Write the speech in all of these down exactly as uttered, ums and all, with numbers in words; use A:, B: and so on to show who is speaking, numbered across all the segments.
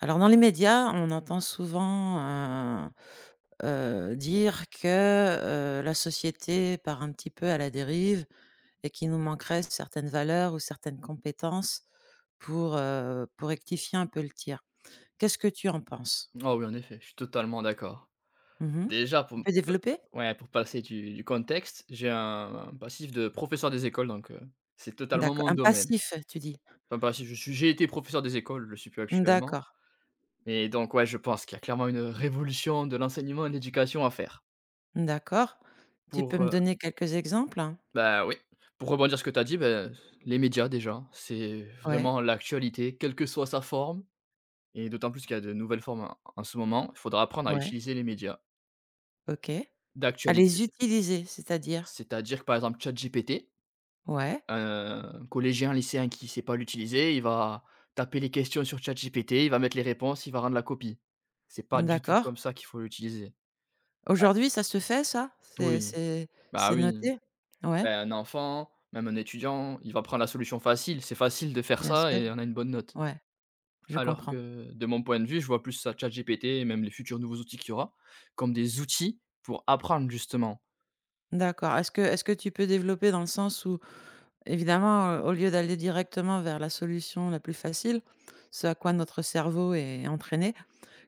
A: Alors dans les médias, on entend souvent, heu heu, dire que, heu, la société part un petit peu à la dérive et qu'il nous manquerait certaines valeurs ou certaines compétences pour, heu, pour rectifier un peu le tir. Qu'est-ce que tu en penses?
B: Oh oui, en effet, je suis totalement d'accord.
A: Mmh mh.
B: Déjà, pour m
A: Tu développer?
B: ouais, pour passer du du contexte. J'ai un un passif de professeur des écoles, donc heu, c'est totalement
A: D'accord.
B: mon
A: Un
B: domaine.
A: passif, tu dis?
B: Enfin, passif, je suis j'ai été professeur des écoles, je le suis plus actuellement.
A: D'accord,
B: Et donc ouais, je pense qu'il y a clairement une révolution de l'enseignement et de l'éducation à faire.
A: d'accord. Tu peux
B: Pour,
A: me
B: heu
A: donner quelques exemples, hein?
B: Bah, oui, pour rebondir sur ce que tu as dit, beh, les médias déjà, c'est
A: Ouais,
B: vraiment l'actualité, quelle que soit sa forme, et d'autant plus qu'il y a de nouvelles formes en en ce moment, il faudra apprendre à
A: ouais,
B: utiliser les médias
A: OK. À les
B: d'actualité.
A: utiliser, c'est-à-dire?
B: C'est-à-dire que, par exemple, ChatGPT.
A: Ouais,
B: Un collégien, lycéen qui sait pas l'utiliser, il va taper les questions sur ChatGPT, il va mettre les réponses, il va rendre la copie. C'est pas du tout
A: d'accord.
B: comme ça qu'il faut l'utiliser. Ouais.
A: Aujourd'hui, ça se fait ça? C'est
B: Oui,
A: c'est
B: bah,
A: c'est
B: oui.
A: noté? Ouais,
B: Bah, un enfant, même un étudiant, il va prendre la solution facile. C'est facile de faire
A: bien
B: ça
A: sûr,
B: et on a une bonne note.
A: ouais, je
B: Alors
A: comprends.
B: que de mon point de vue, je vois plus ça, ChatGPT et même les futurs nouveaux outils qu'il y aura, comme des outils pour apprendre justement.
A: D'accord. Est-ce que est-ce que tu peux développer dans le sens où, évidemment, heu, au lieu d'aller directement vers la solution la plus facile, ce à quoi notre cerveau est entraîné,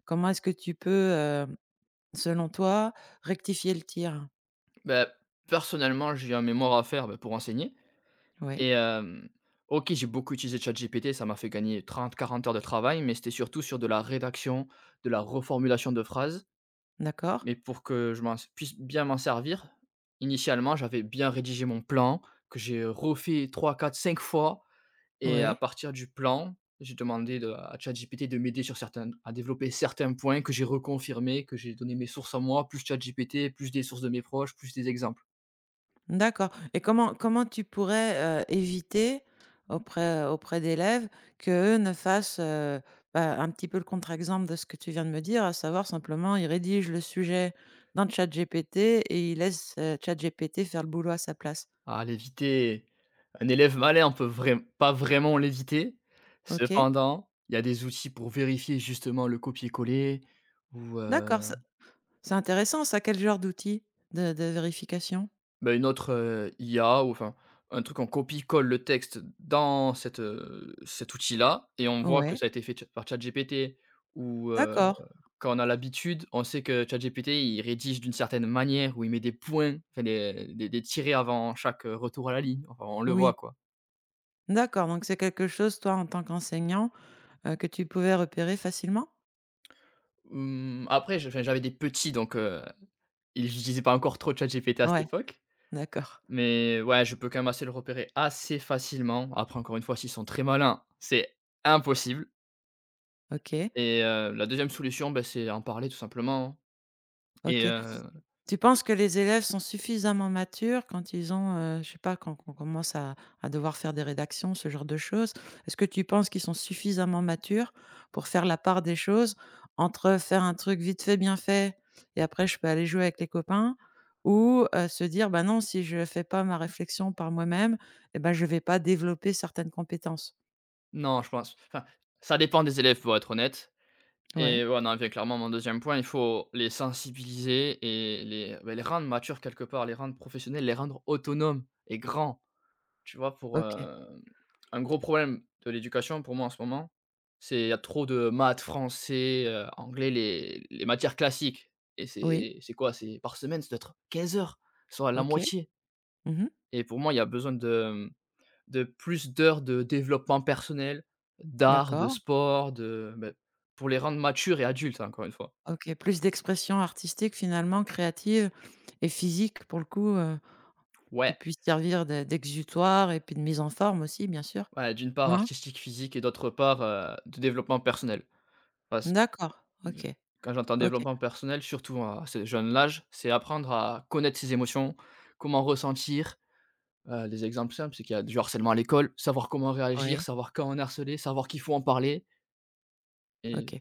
A: comment est-ce que tu peux, heu, selon toi, rectifier le tir?
B: Bah, personnellement, j'ai un mémoire à faire, bah, pour enseigner.
A: Oui,
B: Et hem, OK, j'ai beaucoup utilisé ChatGPT, ça m'a fait gagner trente, quarante heures de travail, mais c'était surtout sur de la rédaction, de la reformulation de phrases.
A: d'accord,
B: Mais pour que je m'en puisse bien m'en servir, initialement, j'avais bien rédigé mon plan, que j'ai refait trois, quatre, cinq fois. Et à
A: oui.
B: partir du plan, j'ai demandé de à ChatGPT de m'aider sur certains à développer certains points que j'ai reconfirmés, que j'ai donné mes sources à moi, plus ChatGPT, plus des sources de mes proches, plus des exemples.
A: D'accord, et comment comment tu pourrais, heu, éviter auprès auprès d'élèves qu'eux ne fassent, heu, bah, un petit peu le contre-exemple de ce que tu viens de me dire, à savoir simplement ils rédigent le sujet dans ChatGPT et ils laissent, heu, ChatGPT faire le boulot à sa place?
B: Ah, l'éviter, un élève malin peut vraim pas vraiment l'éviter.
A: OK,
B: Cependant, il y a des outils pour vérifier justement le copier-coller, ou, heu,
A: d'accord, c'est c'est intéressant ça. Quel genre d'outil de de vérification?
B: bah, une autre, heu, I A, ou enfin un truc, on copie-colle le texte dans cette, heu, cet outil-là et on voit que
A: Ouais,
B: ça a été fait tcha par ChatGPT. Ou, heu,
A: d'accord,
B: quand on a l'habitude, on sait que ChatGPT, il rédige d'une certaine manière où il met des points, enfin des des des tirets avant chaque, heu, retour à la ligne, enfin on le voit
A: oui,
B: quoi.
A: d'accord, donc c'est quelque chose toi en tant qu'enseignant, heu, que tu pouvais repérer facilement?
B: Mmh, après je enfin, j'avais des petits, donc heu, ils j'utilisais pas encore trop ChatGPT à cette
A: Ouais,
B: époque,
A: d'accord,
B: mais ouais, je peux quand même assez le repérer assez facilement. Après, encore une fois, s'ils sont très malins, c'est impossible.
A: OK,
B: Et heu, la deuxième solution, bah, c'est en parler tout simplement. Et
A: OK.
B: heu,
A: Tu penses que les élèves sont suffisamment matures quand ils ont, heu, je sais pas, quand on commence à à devoir faire des rédactions, ce genre de choses? Est-ce que tu penses qu'ils sont suffisamment matures pour faire la part des choses entre faire un truc vite fait, bien fait, et après je peux aller jouer avec les copains, ou, heu, se dire: «Bah, non, si je fais pas ma réflexion par moi-même et ben je vais pas développer certaines compétences»?
B: non, je pense enfin, ça dépend des élèves pour être honnête.
A: Ouais.
B: Et ouais, non, bien clairement mon deuxième point, il faut les sensibiliser et les, bah, les rendre matures quelque part, les rendre professionnels, les rendre autonomes et grands. Tu vois, pour,
A: OK.
B: heu, un gros problème de l'éducation pour moi en ce moment, c'est il y a trop de maths, français, heu, anglais, les les matières classiques. Et
A: Oui.
B: c'est c'est quoi? C'est par semaine, ça doit être 15 heures, soit la
A: OK.
B: moitié.
A: Mmh.
B: Et pour moi, il y a besoin de, mmh, de plus d'heures de développement personnel, d'art, de
A: D'accord.
B: sport, de, beh, pour les rendre matures et adultes, encore une fois.
A: OK, plus d'expression artistique finalement, créative et physique pour le coup, heu, qui
B: Ouais,
A: puisse servir de d'exutoire et puis de mise en forme aussi bien sûr.
B: ouais, d'une part
A: Hein?
B: artistique, physique et d'autre part, heu, de développement personnel. Parce
A: D'accord,
B: J
A: OK,
B: Quand j'entends
A: OK,
B: développement personnel, surtout à ce jeune âge, c'est apprendre à connaître ses émotions, comment ressentir. Heu, des exemples simples, c'est qu'il y a du harcèlement à l'école, savoir comment réagir,
A: oui,
B: savoir quand on est harcelé, savoir qu'il faut en parler. Et
A: OK. Et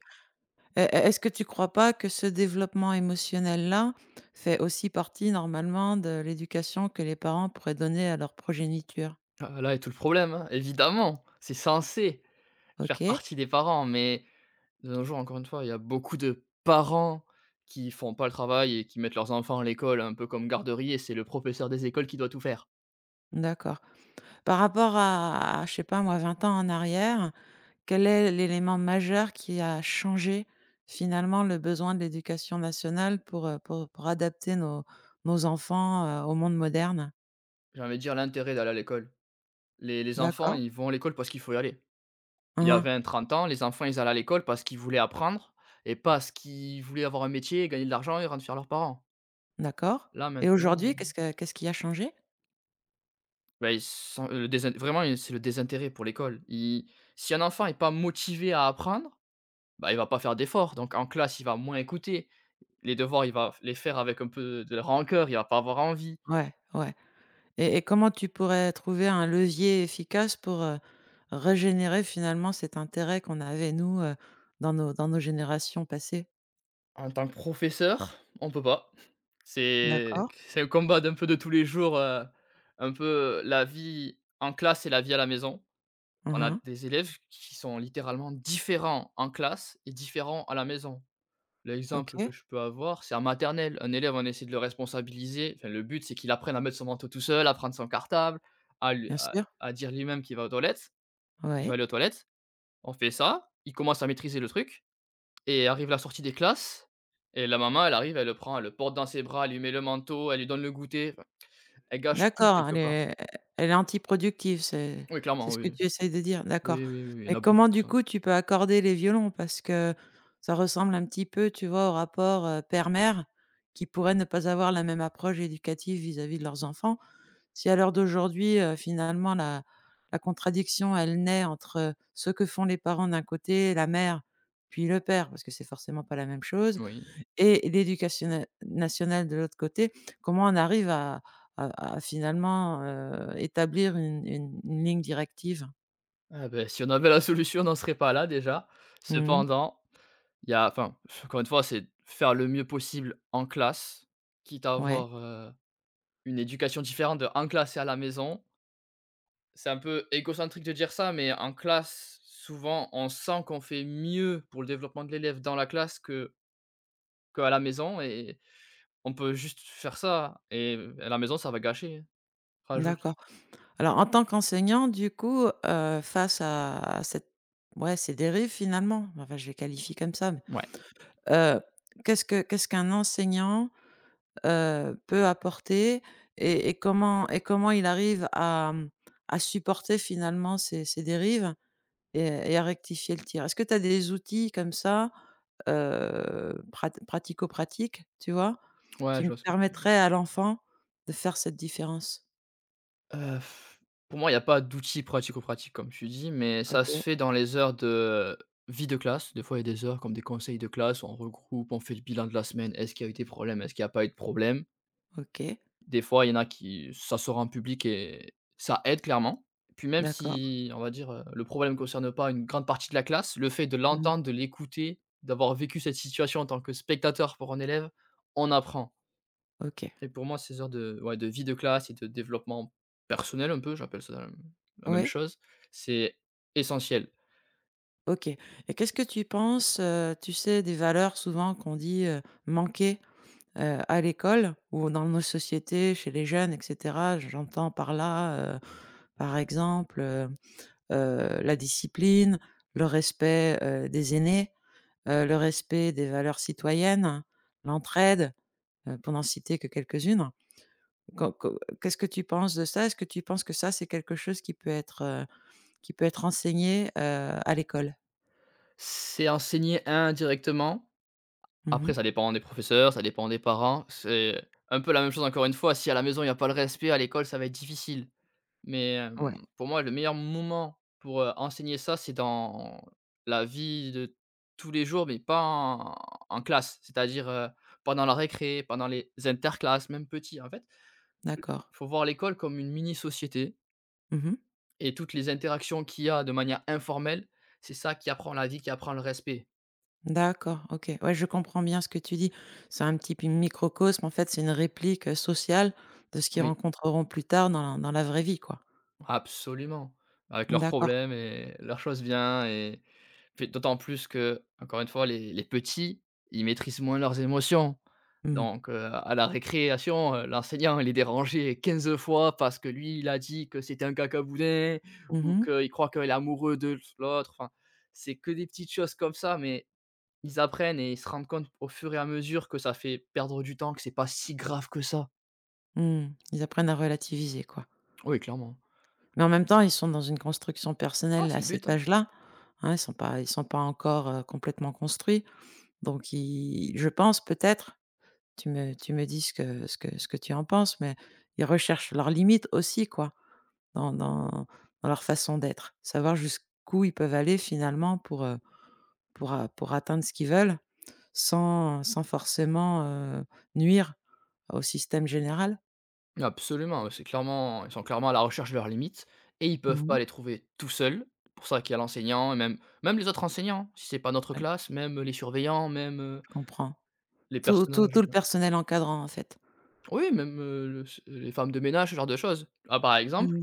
A: et est-ce que tu crois pas que ce développement émotionnel-là fait aussi partie normalement de l'éducation que les parents pourraient donner à leur progéniture?
B: heu, là est tout le problème, hein. Évidemment, c'est censé faire
A: OK,
B: partie des parents, mais de nos jours, encore une fois, il y a beaucoup de parents qui font pas le travail et qui mettent leurs enfants à l'école un peu comme garderie, et c'est le professeur des écoles qui doit tout faire.
A: d'accord. Par rapport à à je sais pas moi vingt ans en arrière, quel est l'élément majeur qui a changé finalement le besoin de l'éducation nationale pour, heu, pour pour adapter nos nos enfants, heu, au monde moderne?
B: J'ai envie de dire l'intérêt d'aller à l'école. Les les enfants,
A: D'accord.
B: ils vont à l'école parce qu'il faut y aller. Il
A: Mmh
B: y a
A: mh.
B: vingt trente ans, les enfants, ils allaient à l'école parce qu'ils voulaient apprendre et parce qu'ils voulaient avoir un métier, et gagner de l'argent et rendre fiers leurs parents.
A: D'accord,
B: Là,
A: et
B: maintenant,
A: aujourd'hui, qu'est-ce que qu'est-ce qui a changé?
B: bah, ils sont euh, le désin vraiment, heu, c'est le désintérêt pour l'école. Il Si un enfant est pas motivé à apprendre, bah, il va pas faire d'efforts, donc en classe, il va moins écouter. Les devoirs, il va les faire avec un peu de rancœur, il va pas avoir envie.
A: Ouais, ouais, et et comment tu pourrais trouver un levier efficace pour, heu, régénérer finalement cet intérêt qu'on avait nous, heu, dans nos dans nos générations passées?
B: En tant que professeur, on peut pas. C'est
A: D'accord.
B: c'est un combat d'un peu de tous les jours, heu, un peu la vie en classe et la vie à la maison.
A: Mmh
B: On a
A: mh.
B: des élèves qui sont littéralement différents en classe et différents à la maison. L'exemple que
A: OK,
B: je peux avoir, c'est en maternelle. Un élève, on essaie de le responsabiliser. Enfin, le but, c'est qu'il apprenne à mettre son manteau tout seul, à prendre son cartable, à, lui-
A: bien
B: à-
A: sûr.
B: à dire lui-même qu'il va aux toilettes. Il va
A: Ouais.
B: aller aux toilettes. On fait ça. Il commence à maîtriser le truc. Et arrive la sortie des classes. Et la maman, elle arrive, elle le prend, elle le porte dans ses bras, elle lui met le manteau, elle lui donne le goûter. Enfin, elle gâche tout
A: D'accord,
B: quelque
A: elle
B: part.
A: est elle est anti-productive, c'est
B: Oui,
A: c'est
B: clairement,
A: ce que
B: oui.
A: tu essayes de dire? D'accord.
B: Oui, oui, oui, oui, il y
A: Mais
B: en a
A: comment
B: beaucoup,
A: du
B: ça.
A: coup tu peux accorder les violons? Parce que ça ressemble un petit peu, tu vois, au rapport, heu, père-mère qui pourrait ne pas avoir la même approche éducative vis-à-vis de leurs enfants. Si à l'heure d'aujourd'hui, heu, finalement la la contradiction elle naît entre ce que font les parents d'un côté, la mère, puis le père, parce que c'est forcément pas la même chose,
B: Oui.
A: et l'éducation na- nationale de l'autre côté, comment on arrive à à à finalement, heu, établir une une une ligne directive?
B: Ah ben si on avait la solution, on n'en serait pas là déjà.
A: Mmh.
B: Cependant, il y a enfin, encore une fois, c'est faire le mieux possible en classe, quitte à
A: Ouais,
B: avoir, heu, une éducation différente de en classe et à la maison. C'est un peu égocentrique de dire ça, mais en classe, souvent, on sent qu'on fait mieux pour le développement de l'élève dans la classe que qu'à la maison. Et on peut juste faire ça et à la maison, ça va gâcher, hein. Rajoute
A: d'accord. Alors en tant qu'enseignant du coup, heu, face à à cette ouais, ces dérives finalement, enfin, je les qualifie comme ça, mais
B: Ouais,
A: heu, qu'est-ce que qu'est-ce qu'un enseignant, heu, peut apporter et et comment et comment il arrive à, mmh, à supporter finalement ces ces dérives? Et et à rectifier le tir. Est-ce que tu as des outils comme ça, heu, prat pratico-pratiques, tu vois?
B: ouais,
A: Qui
B: je
A: me
B: vois ce que tu veux dire.
A: permettraient à l'enfant de faire cette différence?
B: Heu, pour moi, il n'y a pas d'outils pratico-pratiques comme tu dis, mais ça
A: OK,
B: se fait dans les heures de vie de classe. Des fois, il y a des heures comme des conseils de classe, où on regroupe, on fait le bilan de la semaine. Est-ce qu'il y a eu des problèmes? Est-ce qu'il n'y a pas eu de problème?
A: OK,
B: Des fois, il y en a qui ça sort en public et ça aide clairement. Puis même
A: d'accord.
B: si, on va dire, heu, le problème ne concerne pas une grande partie de la classe, le fait de
A: Mmh.
B: l'entendre, de l'écouter, d'avoir vécu cette situation en tant que spectateur pour un élève, on apprend.
A: OK.
B: Et pour moi, ces heures de ouais, de vie de classe et de développement personnel un peu, j'appelle ça la la même
A: Oui,
B: chose, c'est essentiel.
A: OK. Et qu'est-ce que tu penses, heu, tu sais, des valeurs souvent qu'on dit, heu, manquer, heu, à l'école ou dans nos sociétés, chez les jeunes et cetera? J'entends par là, heu, par exemple, heu heu, la discipline, le respect, heu, des aînés, heu, le respect des valeurs citoyennes, l'entraide, heu, pour n'en citer que quelques-unes. Qu'en qu'en qu'est-ce que tu penses de ça? Est-ce que tu penses que ça, c'est quelque chose qui peut être, heu, qui peut être enseigné, heu, à l'école?
B: C'est enseigné indirectement.
A: Mmh.
B: Après, ça dépend des professeurs, ça dépend des parents. C'est un peu la même chose, encore une fois, si à la maison, il y a pas le respect, à l'école, ça va être difficile. Mais,
A: Ouais,
B: hem, pour moi, le meilleur moment pour, heu, enseigner ça, c'est dans la vie de tous les jours, mais pas en en classe. C'est-à-dire, heu, pendant la récré, pendant les interclasses, même petit. En fait,
A: d'accord.
B: faut voir l'école comme une mini-société,
A: Mmh.
B: et toutes les interactions qu'il y a de manière informelle, c'est ça qui apprend la vie, qui apprend le respect.
A: D'accord, OK. Ouais, je comprends bien ce que tu dis. C'est un petit p microcosme, en fait, c'est une réplique, heu, sociale de ce qu'ils
B: Oui,
A: rencontreront plus tard dans la, dans la vraie vie, quoi.
B: absolument. Avec leurs
A: D'accord.
B: problèmes et leurs choses bien. Et puis d'autant plus que, encore une fois, les les petits, ils maîtrisent moins leurs émotions.
A: Mmh mh.
B: Donc, heu, à la récréation, heu, l'enseignant, il est dérangé quinze fois parce que lui, il a dit que c'était un cacaboudin ou
A: Mmh.
B: qu'il croit qu'il est amoureux de l'autre, enfin, c'est que des petites choses comme ça, mais ils apprennent et ils se rendent compte au fur et à mesure que ça fait perdre du temps, que c'est pas si grave que ça.
A: Mmh. Ils apprennent à relativiser, quoi.
B: Oui, clairement.
A: Mais en même temps, ils sont dans une construction
B: Ah,
A: personnelle à
B: c'est le
A: cet
B: but, hein.
A: âge-là, hein, ils sont pas ils sont pas encore, heu, complètement construits, donc ils je pense peut-être, tu me tu me dis ce que ce que ce que tu en penses, mais ils recherchent leurs limites aussi quoi, dans dans dans leur façon d'être. Savoir jusqu'où ils peuvent aller finalement pour, heu, pour a pour atteindre ce qu'ils veulent, sans sans forcément, heu, nuire au système général.
B: Absolument, ouais, c'est clairement ils sont clairement à la recherche de leurs limites et ils peuvent
A: Mmh.
B: pas les trouver tout seuls. C'est pour ça qu'il y a l'enseignant et même même les autres enseignants, si c'est pas notre
A: Ouais,
B: classe, même les surveillants, même, heu,
A: je comprends.
B: les
A: Tout tout
B: personnages,
A: tout le
B: euh,
A: personnel encadrant en fait.
B: oui, même, heu, le les femmes de ménage, ce genre de choses. Ah, par exemple,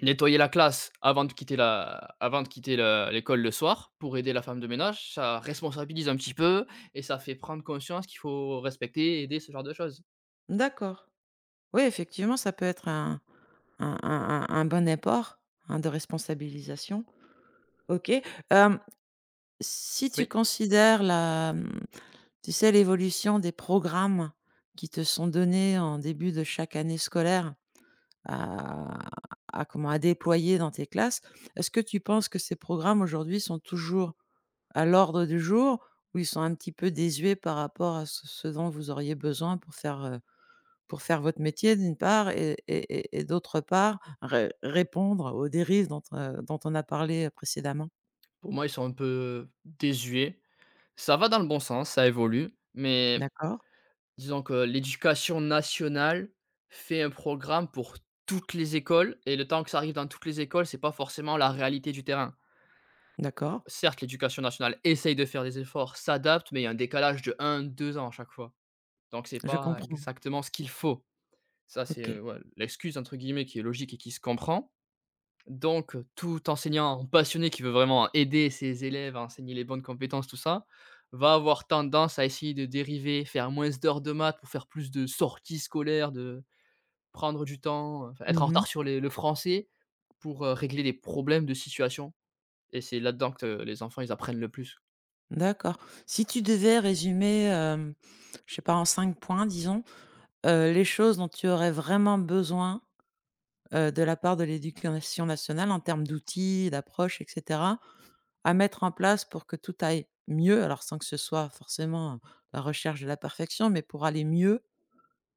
B: nettoyer la classe avant de quitter la avant de quitter la l'école le soir, pour aider la femme de ménage, ça responsabilise un petit peu et ça fait prendre conscience qu'il faut respecter, aider, ce genre de choses.
A: D'accord. Oui, effectivement, ça peut être un un un un un bon apport, hein, de responsabilisation. OK. Hem, si tu
B: Oui,
A: considères la, mmh, tu sais, l'évolution des programmes qui te sont donnés en début de chaque année scolaire à à comment, à déployer dans tes classes, est-ce que tu penses que ces programmes aujourd'hui sont toujours à l'ordre du jour ou ils sont un petit peu désuets par rapport à ce ce dont vous auriez besoin pour faire, euh, pour faire votre métier d'une part, et et et et d'autre part, ré répondre aux dérives dont, heu, dont on a parlé, euh, précédemment.
B: pour moi, ils sont un peu désuets. Ça va dans le bon sens, ça évolue, mais
A: D'accord,
B: disons que l'éducation nationale fait un programme pour toutes les écoles, et le temps que ça arrive dans toutes les écoles, c'est pas forcément la réalité du terrain.
A: d'accord,
B: Certes, l'éducation nationale essaye de faire des efforts, s'adapte, mais il y a un décalage de un, deux ans à chaque fois. Donc c'est
A: je
B: pas
A: comprends.
B: exactement ce qu'il faut. Ça, c'est,
A: OK.
B: heu, ouais, l'excuse entre guillemets qui est logique et qui se comprend. Donc heu, tout enseignant passionné qui veut vraiment aider ses élèves à enseigner les bonnes compétences, tout ça, va avoir tendance à essayer de dériver, faire moins d'heures de maths pour faire plus de sorties scolaires, de prendre du temps, enfin être en
A: Mmh.
B: retard sur les le français pour, heu, régler des problèmes de situation, et c'est là-dedans que euh, les enfants, ils apprennent le plus.
A: D'accord. Si tu devais résumer, hem, je sais pas, en cinq points disons, heu, les choses dont tu aurais vraiment besoin, heu, de la part de l'éducation nationale en termes d'outils, d'approches et cetera, à mettre en place pour que tout aille mieux, alors sans que ce soit forcément la recherche de la perfection, mais pour aller mieux.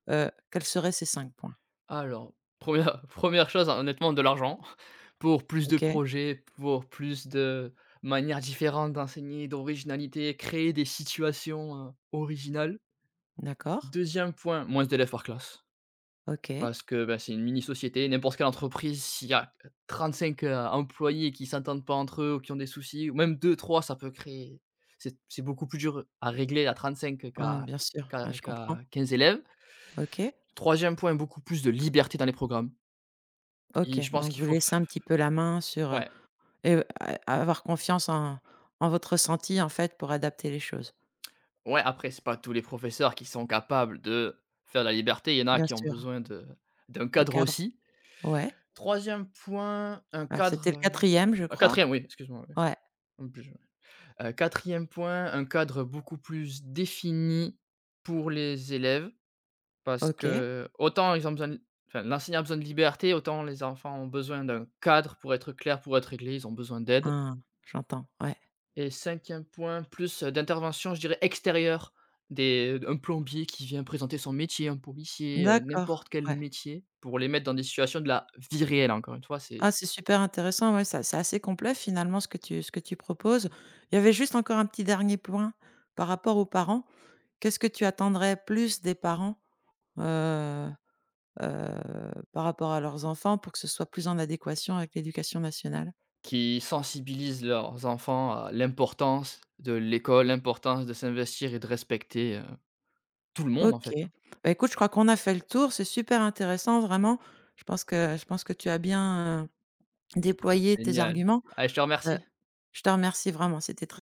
A: Heu, quels seraient ces cinq points?
B: Alors, première première 1re chose, hein, honnêtement, de l'argent pour plus de
A: OK,
B: projets, pour plus de manières différentes d'enseigner, d'originalité, créer des situations, heu, originales.
A: d'accord,
B: Deuxième point, moins d'élèves par classe,
A: OK.
B: parce que, bah, c'est une mini société. N'importe quelle entreprise, s'il y a trente-cinq, heu, employés qui s'entendent pas entre eux ou qui ont des soucis, ou même deux trois, ça peut créer, c'est c'est beaucoup plus dur à régler à trente-cinq
A: Hein,
B: qu'à
A: bien sûr, ouais,
B: qu'à
A: je comprends.
B: qu'à quinze élèves.
A: OK,
B: Troisième point, beaucoup plus de liberté dans les programmes,
A: OK,
B: et je pense
A: donc vous
B: qu'il faut.
A: laissez un petit peu la main sur, heu
B: Ouais,
A: et heu, a avoir confiance en en votre ressenti, en fait, pour adapter les choses.
B: ouais, après, c'est pas tous les professeurs qui sont capables de faire la liberté. Il y en a
A: Bien
B: qui ont
A: sûr,
B: besoin de d'un
A: le
B: cadre
A: cadre,
B: aussi.
A: ouais.
B: Troisième point, un
A: Alors c'était
B: cadre,
A: le
B: heu
A: quatrième, je
B: Ah
A: crois?
B: quatrième, oui, excuse-moi, oui,
A: Ouais,
B: en plus, heu, quatrième point, un cadre beaucoup plus défini pour les élèves, parce
A: OK.
B: que autant ils ont besoin de, enfin, l'enseignant a besoin de liberté, autant les enfants ont besoin d'un cadre pour être clairs, pour être réglés, ils ont besoin d'aide.
A: Hein, j'entends, ouais.
B: Et cinquième point, plus, heu, d'intervention, je dirais, extérieure. Des, un plombier qui vient présenter son métier, un policier, heu,
A: D'accord,
B: n'importe quel
A: ouais.
B: métier pour les mettre dans des situations de la vie réelle, encore une fois, c'est
A: Ah, c'est super intéressant, ouais, ça c'est assez complet finalement ce que tu ce que tu proposes. Il y avait juste encore un petit dernier point par rapport aux parents. Qu'est-ce que tu attendrais plus des parents, heu heu, par rapport à leurs enfants pour que ce soit plus en adéquation avec l'éducation nationale?
B: qui sensibilisent leurs enfants à l'importance de l'école, l'importance de s'investir et de respecter, heu, tout le monde, en
A: OK.
B: fait, hein.
A: Bah, écoute, je crois qu'on a fait le tour, c'est super intéressant vraiment. Je pense que je pense que tu as bien, heu, déployé tes
B: Génial.
A: arguments.
B: Ah, je te
A: Heu,
B: remercie.
A: je te remercie vraiment, c'était très